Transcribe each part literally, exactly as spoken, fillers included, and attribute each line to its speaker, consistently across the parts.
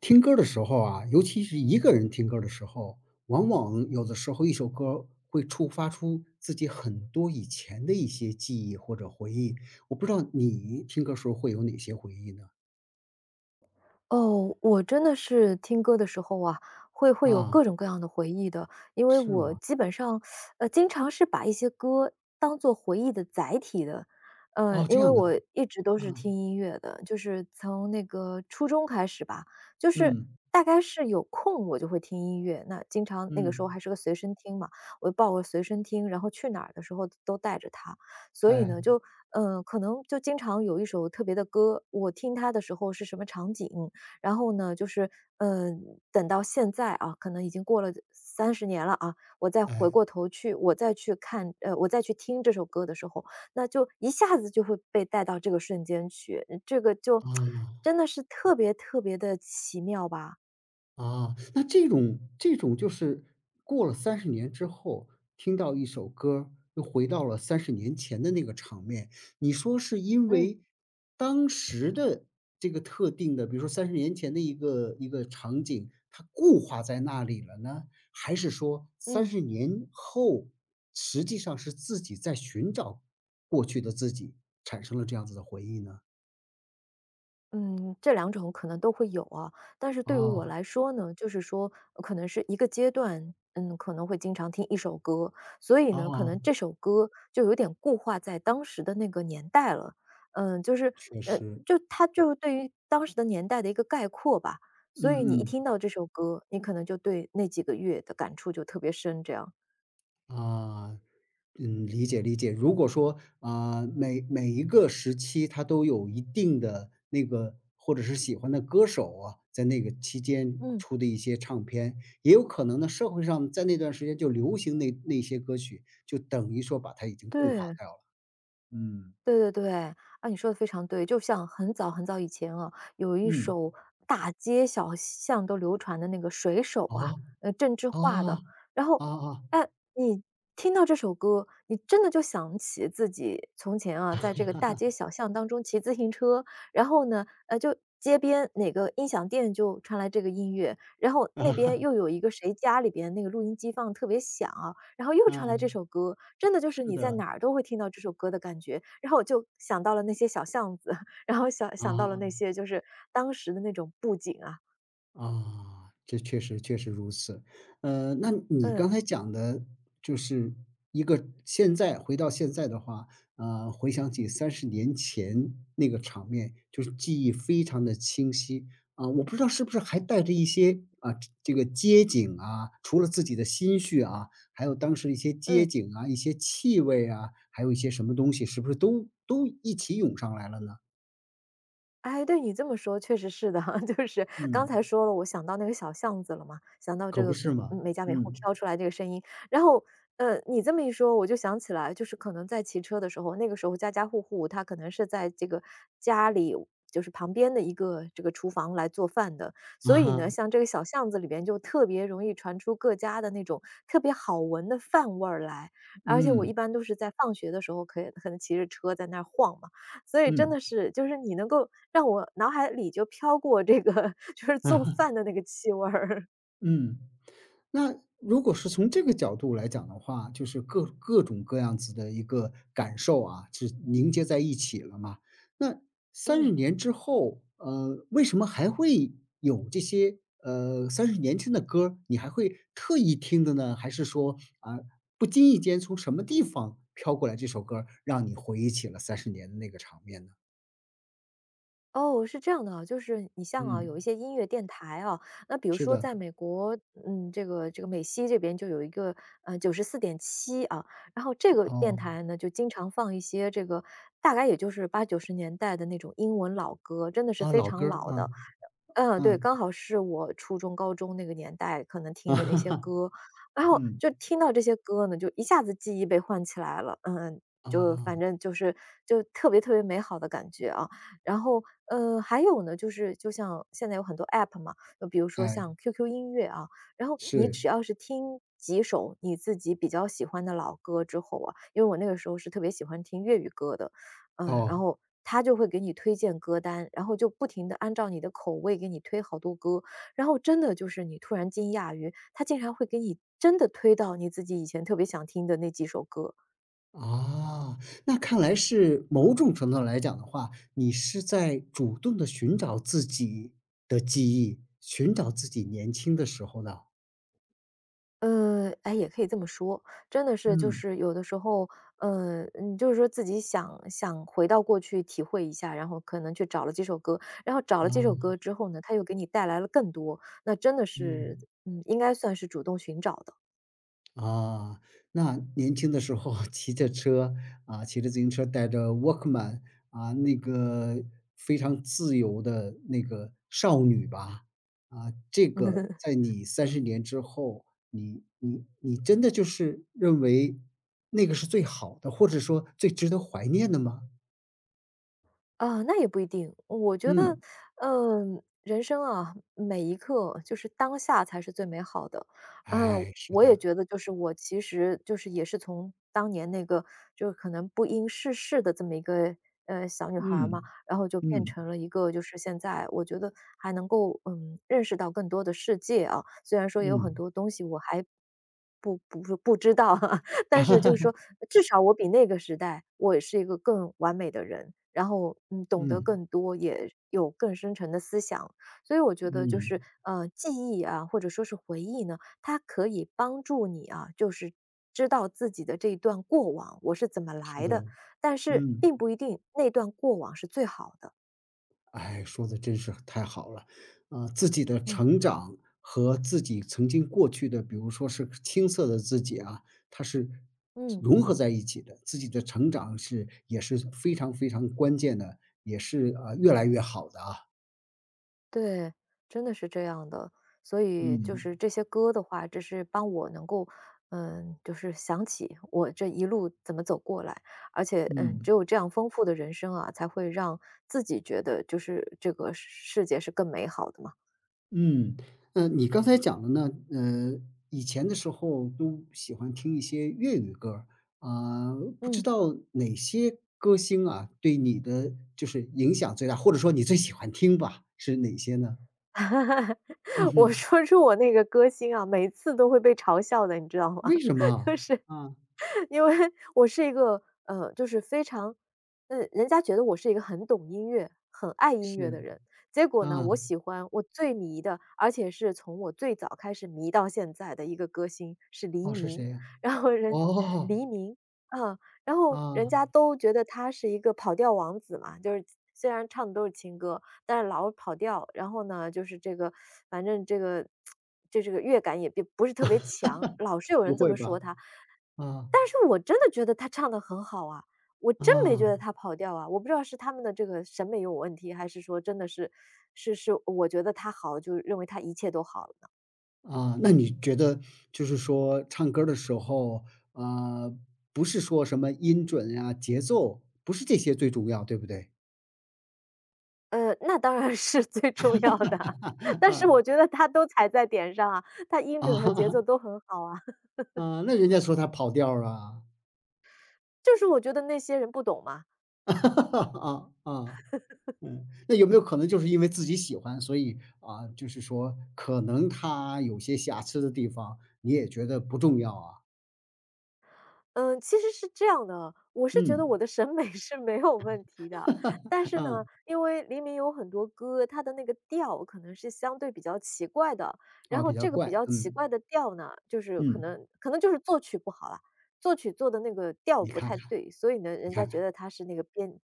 Speaker 1: 听歌儿的时候啊，尤其是一个人听歌儿的时候，往往有的时候一首歌儿会触发出自己很多以前的一些记忆或者回忆。我不知道你听歌时候会有哪些回忆呢？
Speaker 2: 哦，我真的是听歌的时候啊，会会有
Speaker 1: 啊，
Speaker 2: 各种各样的回忆的。因为
Speaker 1: 是
Speaker 2: 我
Speaker 1: 吗？
Speaker 2: 基本上，呃，经常是把一些歌当做回忆的载体的。呃，
Speaker 1: 哦，
Speaker 2: 因
Speaker 1: 这
Speaker 2: 为
Speaker 1: 样的。
Speaker 2: 我一直都
Speaker 1: 啊，
Speaker 2: 是听音乐的，就是从那个初中开始吧，就是
Speaker 1: 嗯，
Speaker 2: 大概是有空我就会听音乐。那经常那个时候
Speaker 1: 嗯，
Speaker 2: 还是个随身听嘛，我就抱个随身听，然后去哪儿的时候都带着它。所以
Speaker 1: 哎，
Speaker 2: 呢，就嗯、呃可能就经常有一首特别的歌，我听它的时候是什么场景。然后呢，就是，嗯，等到现在啊，可能已经过了三十年了啊，我再回
Speaker 1: 哎，
Speaker 2: 过头去，我再去看呃，我再去听这首歌的时候，那就一下子就会被带到这个瞬间去。嗯这个就
Speaker 1: 啊。
Speaker 2: 真的是特别特别的奇妙吧。
Speaker 1: 啊，那这种这种就是过了三十年之后，听到一首歌儿，又回到了三十年前的那个场面，你说是因
Speaker 2: 嗯，
Speaker 1: 为当时的这个特定的，比如说三十年前的一个一个场景，它固化在那里了呢？还是说三
Speaker 2: 嗯。
Speaker 1: 十年后，实际上是自己在寻找过去的自己，产生了这样子的回忆呢？
Speaker 2: 嗯，这两种可能都会有啊。但是对于我
Speaker 1: 啊
Speaker 2: 来说呢，就是说呃可能是一个阶段，嗯，可能会经常听一首歌，所以呢，可能
Speaker 1: 啊，
Speaker 2: 这首歌就有点固化在当时的那个年代了。嗯，就是
Speaker 1: 确
Speaker 2: 呃，
Speaker 1: 实，
Speaker 2: 就它就对于当时的年代的一个概括吧，所
Speaker 1: 嗯
Speaker 2: 以你一听
Speaker 1: 嗯。
Speaker 2: 到这首歌，你可能就对那几个月的感触就特别深这样。
Speaker 1: 啊，嗯，理解理解。如果说啊，每每一个时期它都有一定的那个或者是喜欢的歌手啊，在那个期间
Speaker 2: 嗯，
Speaker 1: 出的一些唱片，也有可能呢，社会上在那段时间就流行那那些歌曲，就等于说把它已经固化
Speaker 2: 对。
Speaker 1: 掉了。嗯，
Speaker 2: 对对对，啊，你说的非常对。就像很早很早以前啊，有一
Speaker 1: 嗯，
Speaker 2: 首大街小巷都流传的那个《水手》啊，
Speaker 1: 哦，
Speaker 2: 呃，郑智
Speaker 1: 哦，
Speaker 2: 化的。然后，
Speaker 1: 哦哦，
Speaker 2: 哎，你听到这首歌，你真的就想起自己从前啊，在这个大街小巷当中骑自行车。然后呢，呃，就街边哪个音响店就传来这个音乐，然后那边又有一个谁家里边那个录音机放得特别响啊，然后又传来这
Speaker 1: 嗯，
Speaker 2: 首歌，真的就是
Speaker 1: 是
Speaker 2: 你在
Speaker 1: 的，
Speaker 2: 哪儿都会听到这首歌的感觉。然后我就想到了那些小巷子，然后想想到了那
Speaker 1: 啊。
Speaker 2: 些就是当时的那种布景啊。
Speaker 1: 啊，这确实确实如此。呃，那你刚
Speaker 2: 嗯
Speaker 1: 才讲的就是一个现在回到现在的话，呃，回想起三十年前那个场面，就是记忆非常的清晰。啊，我不知道是不是还带着一些，啊，这个街景啊，除了自己的心绪啊，还有当时一些街
Speaker 2: 嗯。
Speaker 1: 景啊、一些气味啊，还有一些什么东西，是不是都都一起涌上来了呢？
Speaker 2: 哎，对，你这么说确实是的 就是刚
Speaker 1: 嗯，
Speaker 2: 才说了，我想到那个小巷子了嘛，想到这
Speaker 1: 可不
Speaker 2: 个
Speaker 1: 是嘛，
Speaker 2: 嗯每家每户
Speaker 1: 嗯，
Speaker 2: 飘出来这个声音。然后呃，你这么一说，我就想起来，就是可能在骑车的时候，那个时候家家户户他可能是在这个家里，就是旁边的一个这个厨房来做饭的。
Speaker 1: 啊
Speaker 2: 所以
Speaker 1: 哈，
Speaker 2: 呢，像这个小巷子里边就特别容易传出各家的那种特别好闻的饭味儿来。而且我一
Speaker 1: 嗯，
Speaker 2: 般都是在放学的时候，可以可能骑着车在那儿晃嘛，所以真
Speaker 1: 嗯。
Speaker 2: 的是，就是你能够让我脑海里就飘过这个 就是
Speaker 1: 啊，
Speaker 2: 做饭的那个气味儿。
Speaker 1: 嗯，那如果是从这个角度来讲的话，就是各各种各样子的一个感受啊，是凝结在一起了嘛。那三
Speaker 2: 嗯，
Speaker 1: 十年之后，呃，为什么还会有这些，呃三十年前的歌儿，你还会特意听的呢？还是说，啊，不经意间从什么地方飘过来这首歌儿，让你回忆起了三十年的那个场面呢？
Speaker 2: 哦，是这样的啊，就是你像啊，有一
Speaker 1: 嗯，
Speaker 2: 些音乐电台啊，那比如
Speaker 1: 是
Speaker 2: 说
Speaker 1: 的，
Speaker 2: 在美国，嗯，这个这个美西这边就有一个呃九十四点七啊。然后这个电
Speaker 1: 哦，
Speaker 2: 台呢就经常放一些这个大概也就是八九十年代的那种英文老歌，真的是
Speaker 1: 啊，
Speaker 2: 非
Speaker 1: 老歌
Speaker 2: 常
Speaker 1: 儿，
Speaker 2: 老
Speaker 1: 啊，
Speaker 2: 的。嗯，对，
Speaker 1: 嗯
Speaker 2: 刚好是我初中、高中那个年代可能
Speaker 1: 啊，
Speaker 2: 听的那些 歌，然后
Speaker 1: 嗯，
Speaker 2: 就听到这些歌呢，就一下子记忆被唤起来了。嗯，就
Speaker 1: 啊。
Speaker 2: 反正就是就特别特别美好的感觉啊。然后，呃，还有呢，就是就像现在有很多 App 嘛，就比如说
Speaker 1: 哎，
Speaker 2: 像 Q Q 音乐啊，然后你
Speaker 1: 是，
Speaker 2: 只要是听几首你自己比较喜欢的老歌之后啊，因为我那个时候是特别喜欢听粤语歌的。嗯，然
Speaker 1: 哦，
Speaker 2: 后他就会给你推荐歌单，然后就不停的按照你的口味给你推好多歌，然后真的就是你突然惊讶于，他竟然会给你真的推到你自己以前特别想听的那几首歌。
Speaker 1: 啊，那看来是某种程度来讲的话，你是在主动的寻找自己的记忆，寻找自己年轻的时候的，
Speaker 2: 呃，哎，也可以这么说，真的是就
Speaker 1: 嗯，
Speaker 2: 是有的时候，呃，你就是说自己想想回到过去体会一下，然后可能去找了几首歌，然后找了几首
Speaker 1: 啊，
Speaker 2: 歌之后呢，他又给你带来了更多，那真的是，
Speaker 1: 嗯。
Speaker 2: 嗯，应该算是主动寻找的。
Speaker 1: 啊，那年轻的时候 骑着车，啊，骑着自行车带着 Walkman，啊，那个非常自由的那个少女吧，啊，这个 在你三十年之后，你你你真的就是认为那个是最好的，或者说最值得怀念的吗？
Speaker 2: 啊，那也不一定。我觉得，
Speaker 1: 嗯，
Speaker 2: 嗯、人生啊，每一刻就是当下才是最美好的。呃，
Speaker 1: 哎，是
Speaker 2: 我也
Speaker 1: 的，
Speaker 2: 觉得，就是我其实就是也是从当年那个就是可能不谙世事的这么一个呃小女孩儿嘛，
Speaker 1: 嗯，
Speaker 2: 然后就变
Speaker 1: 嗯，
Speaker 2: 成了一个就是现在我觉得还能够嗯认识到更多的世界啊。虽然说有很
Speaker 1: 嗯，
Speaker 2: 多东西我还不不不知道，但是就是说，至少我比那个时代，我是一个更完美的人。然后，嗯，懂得
Speaker 1: 嗯，
Speaker 2: 更多，也有更深沉的思想。所以我觉得就
Speaker 1: 嗯，
Speaker 2: 是，呃，记忆啊，或者说是回忆呢，它可以帮助你啊，就是知道自己的这一段过往，我是怎么
Speaker 1: 是
Speaker 2: 来的，
Speaker 1: 的，
Speaker 2: 但是
Speaker 1: 嗯。
Speaker 2: 并不一定那段过往是最好的。
Speaker 1: 哎，说的真是太好了。啊，自己的
Speaker 2: 嗯。
Speaker 1: 成长和自己曾经过去的，比如说是青涩的自己啊，它是
Speaker 2: 嗯。
Speaker 1: 融合在一起的。自己的成长是也是非常非常关键的，也是啊，呃，越来越好的啊。
Speaker 2: 对，真的是这样的。所以就
Speaker 1: 嗯，
Speaker 2: 是这些歌的话，只是帮我能够，嗯，就是想起我这一路怎么走过来。而且，嗯，只
Speaker 1: 嗯。
Speaker 2: 有这样丰富的人生啊，才会让自己觉得就是这个世界是更美好的嘛。
Speaker 1: 嗯，呃，你刚才讲的呢，呃，以前的时候都喜欢听一些粤语歌儿，啊，不知
Speaker 2: 嗯，
Speaker 1: 道哪些歌星啊，对你的就是影响最大，或者说你最喜欢听吧，是哪些呢？嗯
Speaker 2: 我
Speaker 1: 哼，
Speaker 2: 说出我那个歌星啊，每次都会被嘲笑的，你知道吗？
Speaker 1: 为什么？啊，
Speaker 2: 因为我是一个呃，就是非常，嗯，人家觉得我是一个很懂音乐、很爱音乐
Speaker 1: 是，
Speaker 2: 的人。结果呢，
Speaker 1: 啊，
Speaker 2: 我喜欢我最迷的，而且是从我最早开始迷到现在的一个歌星是黎
Speaker 1: 哦，是
Speaker 2: 明。
Speaker 1: 谁呀？
Speaker 2: 然后人
Speaker 1: 哦，
Speaker 2: 黎明，啊。然后人
Speaker 1: 啊，
Speaker 2: 家都觉得他是一个跑调王子嘛，就是虽然唱的都是情歌，但是老跑调。然后呢，就是这个，反正这个就这个乐感也并不是特别强，老是有
Speaker 1: 不
Speaker 2: 人这
Speaker 1: 会
Speaker 2: 么说
Speaker 1: 吧？
Speaker 2: 他。
Speaker 1: 啊，
Speaker 2: 但是我真的觉得他唱的很好啊，我真没觉得
Speaker 1: 啊。
Speaker 2: 他跑调啊。我不知道是他们的这个审美有问题，还是说真的是是是我觉得他好，就认为他一切都好了。
Speaker 1: 啊，那你觉得就是说唱歌儿的时候，呃，不是说什么音准呀、节奏，不是这些最重要，对不对？
Speaker 2: 呃，那当然是最重要的啊 但是
Speaker 1: 啊
Speaker 2: 我觉得他都踩在点上啊，他音
Speaker 1: 啊，
Speaker 2: 准和节奏都很好啊，
Speaker 1: 那人家说他跑调儿啊，
Speaker 2: 就是我觉得那些人不懂嘛。
Speaker 1: 啊啊，嗯，那有没有可能就是因为自己喜欢，所以啊，就是说可能他有些瑕疵的地方，你也觉得不重要啊？
Speaker 2: 嗯，其实是这样的，我是觉得
Speaker 1: 嗯，
Speaker 2: 我的审美 是没有问题的。但是呢，
Speaker 1: 嗯
Speaker 2: 因为黎明有很多歌，他的那个调可能是相对比较奇怪的，
Speaker 1: 啊，
Speaker 2: 然
Speaker 1: 哦
Speaker 2: 后
Speaker 1: 比较
Speaker 2: 这个
Speaker 1: 怪，
Speaker 2: 比较奇
Speaker 1: 嗯
Speaker 2: 怪的调呢，就是可
Speaker 1: 嗯，
Speaker 2: 能可能就是作曲不好了，作曲做的那个调
Speaker 1: 你
Speaker 2: 不
Speaker 1: 看
Speaker 2: 太
Speaker 1: 看，
Speaker 2: 对，所以呢，人
Speaker 1: 你
Speaker 2: 家
Speaker 1: 看
Speaker 2: 觉
Speaker 1: 看。
Speaker 2: 得他是那个编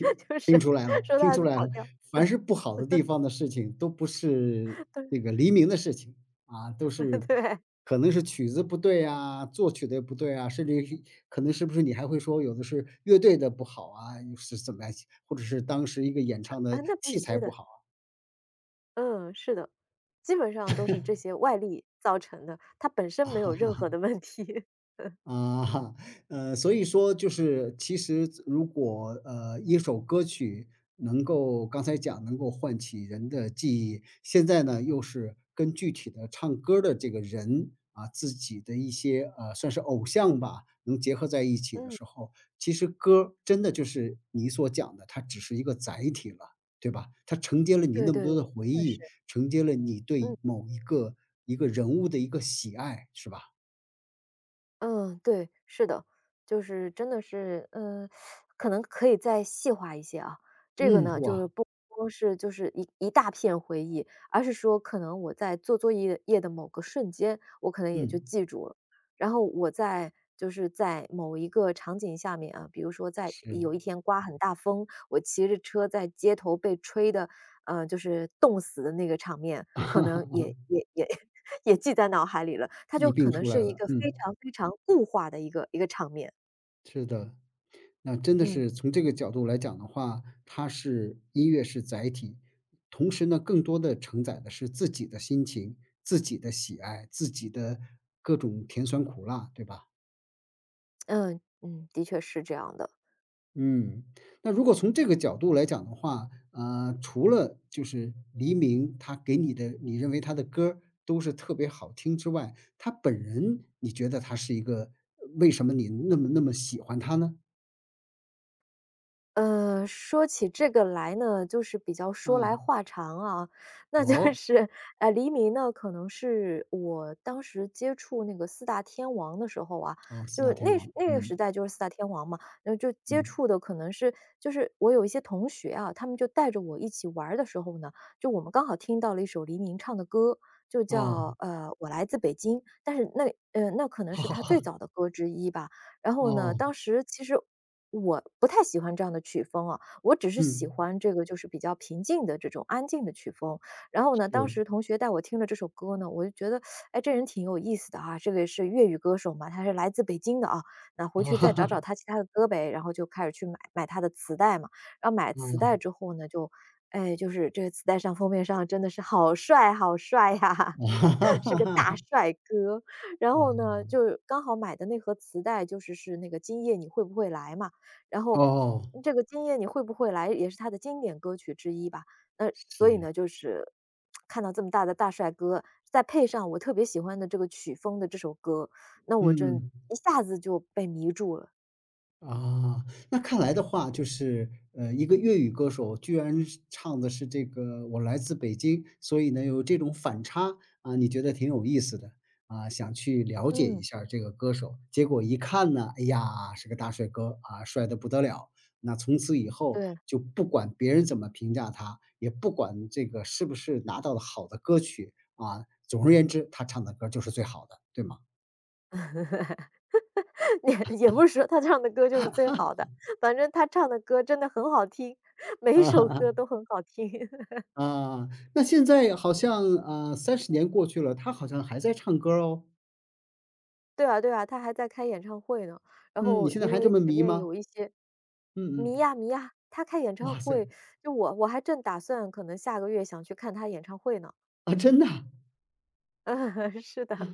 Speaker 2: 就
Speaker 1: 听
Speaker 2: 是
Speaker 1: 出来了，
Speaker 2: 说
Speaker 1: 听
Speaker 2: 他
Speaker 1: 出
Speaker 2: 的
Speaker 1: 来
Speaker 2: 跑
Speaker 1: 了，
Speaker 2: 调。
Speaker 1: 凡是不好的地方的事情都不是那 个黎明的事情，啊，都 是
Speaker 2: 对，
Speaker 1: 可能是曲子不对啊，作曲的不对啊，甚至于可能是不是你还会说有的是乐队的不好啊，又是怎么样，或者是当时一个演唱
Speaker 2: 啊，
Speaker 1: 的
Speaker 2: 那必
Speaker 1: 器材
Speaker 2: 须
Speaker 1: 不
Speaker 2: 的，
Speaker 1: 好啊
Speaker 2: 嗯，是的，基本上都是这些外力造成的，它本身没有任何的问题。
Speaker 1: 啊，哈，呃，所以说就是其实如果，呃，一首歌曲能够刚才讲能够唤起人的记忆，现在呢，又是跟具体的唱歌儿的这个人，啊，自己的一些，呃，算是偶像吧，能结合在一起的
Speaker 2: 嗯，
Speaker 1: 时候，其实歌儿真的就是你所讲的，它只是一个载体了，对吧？它承接了你
Speaker 2: 对
Speaker 1: 那
Speaker 2: 对，
Speaker 1: 么多的回
Speaker 2: 真的是，
Speaker 1: 忆，承接了你
Speaker 2: 嗯。
Speaker 1: 对某一个一个人物的一个喜爱，是吧？
Speaker 2: 嗯，对，是的，就是真的是，嗯，可能可以再细化一些啊。这个
Speaker 1: 嗯，
Speaker 2: 呢，就
Speaker 1: 哇，
Speaker 2: 是不光是就是一一大片回忆，而是说可能我在做作业业的某个瞬间，我可能也就
Speaker 1: 嗯。
Speaker 2: 记住了。然后我在就是在某一个场景下面啊，比如说在
Speaker 1: 是，
Speaker 2: 有一天刮很大风，我骑着车在街头被吹的，呃，就是冻死的那个场面，可能也 也也 也记在脑海里了。它就
Speaker 1: 一
Speaker 2: 可
Speaker 1: 并
Speaker 2: 能
Speaker 1: 出来
Speaker 2: 是一
Speaker 1: 了，
Speaker 2: 个非
Speaker 1: 嗯，
Speaker 2: 常非常固化的一个一个场面。
Speaker 1: 是的。那真的
Speaker 2: 嗯
Speaker 1: 是从这个角度来讲的话，它是音乐是载体，同时呢，更多的承载的是自己的心情、自己的喜爱、自己的各种甜酸苦辣，对吧？
Speaker 2: 嗯嗯，的确是这样的。
Speaker 1: 嗯，那如果从这个角度来讲的话，呃，除了就是黎明他给你的，你认为他的歌儿都是特别好听之外，他本人你觉得他是一个呃为什么你那么那么喜欢他呢？
Speaker 2: 呃，说起这个来呢，就是比较说来
Speaker 1: 啊，
Speaker 2: 话长啊，那就
Speaker 1: 哦，
Speaker 2: 是，呃，黎明呢，可能是我当时接触那个四大天王的时候啊，
Speaker 1: 哦，四
Speaker 2: 就
Speaker 1: 大
Speaker 2: 是
Speaker 1: 天
Speaker 2: 那时
Speaker 1: 王，
Speaker 2: 那个时
Speaker 1: 嗯
Speaker 2: 代就是四大天王嘛，然后就接
Speaker 1: 嗯，
Speaker 2: 触的可能是就是我有一些同学啊，他们就带着我一起玩儿的时候呢，就我们刚好听到了一首黎明唱的歌，就叫，
Speaker 1: 哦，
Speaker 2: 呃，《我来自北京》，但是那呃，那可 能
Speaker 1: 哈
Speaker 2: 是
Speaker 1: 哈
Speaker 2: 他最
Speaker 1: 哈，
Speaker 2: 早的歌之一吧。然后呢，
Speaker 1: 哦，
Speaker 2: 当时其实我不太喜欢这样的曲风啊，我只是喜
Speaker 1: 嗯，
Speaker 2: 欢这个就是比较平静的这种安静的曲风。然后呢，当
Speaker 1: 是，
Speaker 2: 时同学带我听了这首歌呢，我就觉得，哎，这人挺有意思的啊，这个也是粤语歌手嘛，他是来自北京的啊，那 回
Speaker 1: 啊
Speaker 2: 去
Speaker 1: 哈
Speaker 2: 再找找
Speaker 1: 哈
Speaker 2: 他其他的歌呗。然后就开始去买买他的磁带嘛，然后买磁带
Speaker 1: 啊
Speaker 2: 之后呢，就，哎，就是这个磁带上封面上真的是好帅好帅呀、是个大 帅哥，然
Speaker 1: 啊，
Speaker 2: 后呢，就刚好买的那盒磁带就是是那个今夜你会不会来嘛，然后
Speaker 1: 哦，
Speaker 2: 这个今夜你会不会来也是他的经典歌曲之一吧。那所以
Speaker 1: 是，
Speaker 2: 呢，就是看到这么大的大帅哥，再配上我特别喜欢的这个曲风的这首歌，那我真
Speaker 1: 嗯。
Speaker 2: 一下子就被迷住了。
Speaker 1: 啊，那看来的话，就是，呃，一个粤语歌手居然是唱的是这个"我来自北京"，所以呢，有这种反差，啊，你觉得挺有意思的，啊，想去了解一
Speaker 2: 嗯，
Speaker 1: 下儿这个歌手，结果一看呢，哎呀，是个大帅哥，啊，帅得不得了。那从此以后
Speaker 2: 对，
Speaker 1: 就不管别人怎么评价他，也不管这个是不是拿到了好的歌曲，啊，总而言之，他唱的歌儿就是最好的，对吗？
Speaker 2: 也也不是说他唱的歌就是最好的，反正他唱的歌真的很好听，每 一首歌
Speaker 1: 啊。
Speaker 2: 都很好听。
Speaker 1: 啊，那现在好像，啊三十年过去了，他好像还在唱歌儿哦。
Speaker 2: 对啊对啊，他还在开演唱会呢。然
Speaker 1: 嗯，你
Speaker 2: 后
Speaker 1: 现在
Speaker 2: 因
Speaker 1: 还这
Speaker 2: 为
Speaker 1: 么
Speaker 2: 前
Speaker 1: 迷
Speaker 2: 面
Speaker 1: 吗？
Speaker 2: 有一些
Speaker 1: 嗯
Speaker 2: 迷
Speaker 1: 嗯，
Speaker 2: 呀迷呀，他开演唱
Speaker 1: 哇塞，
Speaker 2: 会，就我我还正打算可能下个月想去看他演唱会呢。
Speaker 1: 啊，真的啊
Speaker 2: 嗯，是的。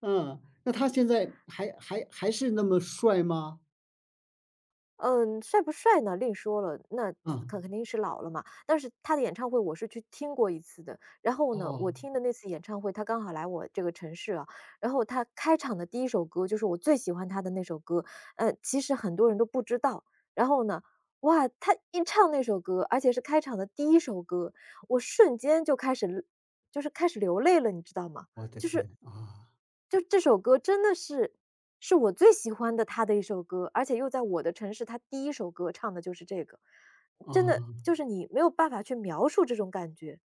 Speaker 1: 嗯，那他现在还还还是那么帅吗？
Speaker 2: 嗯，帅不帅呢？另说了，那
Speaker 1: 啊，
Speaker 2: 肯肯定是老了嘛。但是他的演唱会我是去听过一次的，然后呢，
Speaker 1: 哦，
Speaker 2: 我听的那次演唱会，他刚好来我这个城市啊，然后他开场的第一首歌就是我最喜欢他的那首歌，嗯，其实很多人都不知道。然后呢，哇，他一唱那首歌，而且是开场的第一首歌，我瞬间就开始就是开始流泪了，你知道吗？
Speaker 1: 我的
Speaker 2: 就是
Speaker 1: 天，啊，
Speaker 2: 就这首歌真的是是我最喜欢的他的一首歌，而且又在我的城市，他第一首歌唱的就是这个。真的
Speaker 1: 啊，
Speaker 2: 就是你没有办法去描述这种感觉。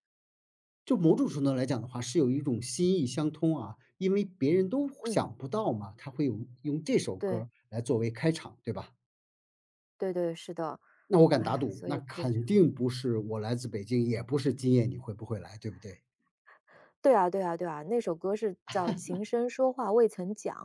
Speaker 1: 就某种程度来讲的话，是有一种心意相通啊，因为别人都
Speaker 2: 嗯，
Speaker 1: 想不到嘛，他会有用这首歌
Speaker 2: 对，
Speaker 1: 儿来作为开场，对吧？
Speaker 2: 对对，是的。
Speaker 1: 那我敢打
Speaker 2: 哎，
Speaker 1: 赌，
Speaker 2: 所
Speaker 1: 那
Speaker 2: 以特别
Speaker 1: 肯定不是《我来自北京》，也不是《今夜你会不会来》，对不对？
Speaker 2: 对啊对啊对啊，那首歌是叫《琴声说话未曾讲》。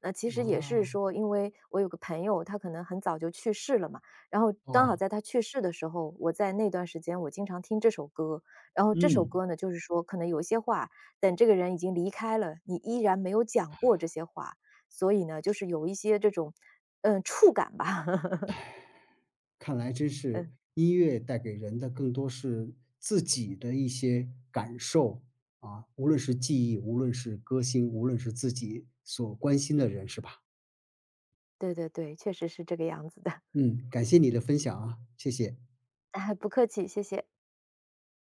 Speaker 2: 那其实也是
Speaker 1: 啊，
Speaker 2: 说，因为我有个朋友，他可能很早就去世了嘛，然后刚好
Speaker 1: 哦，
Speaker 2: 在他去世的时候，我在那段时间我经常听这首歌。然后这首
Speaker 1: 嗯，
Speaker 2: 歌呢，就是说可能有一些话，等这个人已经离开了，你依然没有讲过这些话，所以呢，就是有一些这种，嗯，触感吧。
Speaker 1: 看来真是
Speaker 2: 嗯，
Speaker 1: 音乐带给人的更多是自己的一些感受啊，无论是记忆，无论是歌星，无论是自己所关心的人，是吧？
Speaker 2: 对对对，确实是这个样子的。
Speaker 1: 嗯，感谢你的分享啊，谢谢。
Speaker 2: 哎，不客气，谢谢。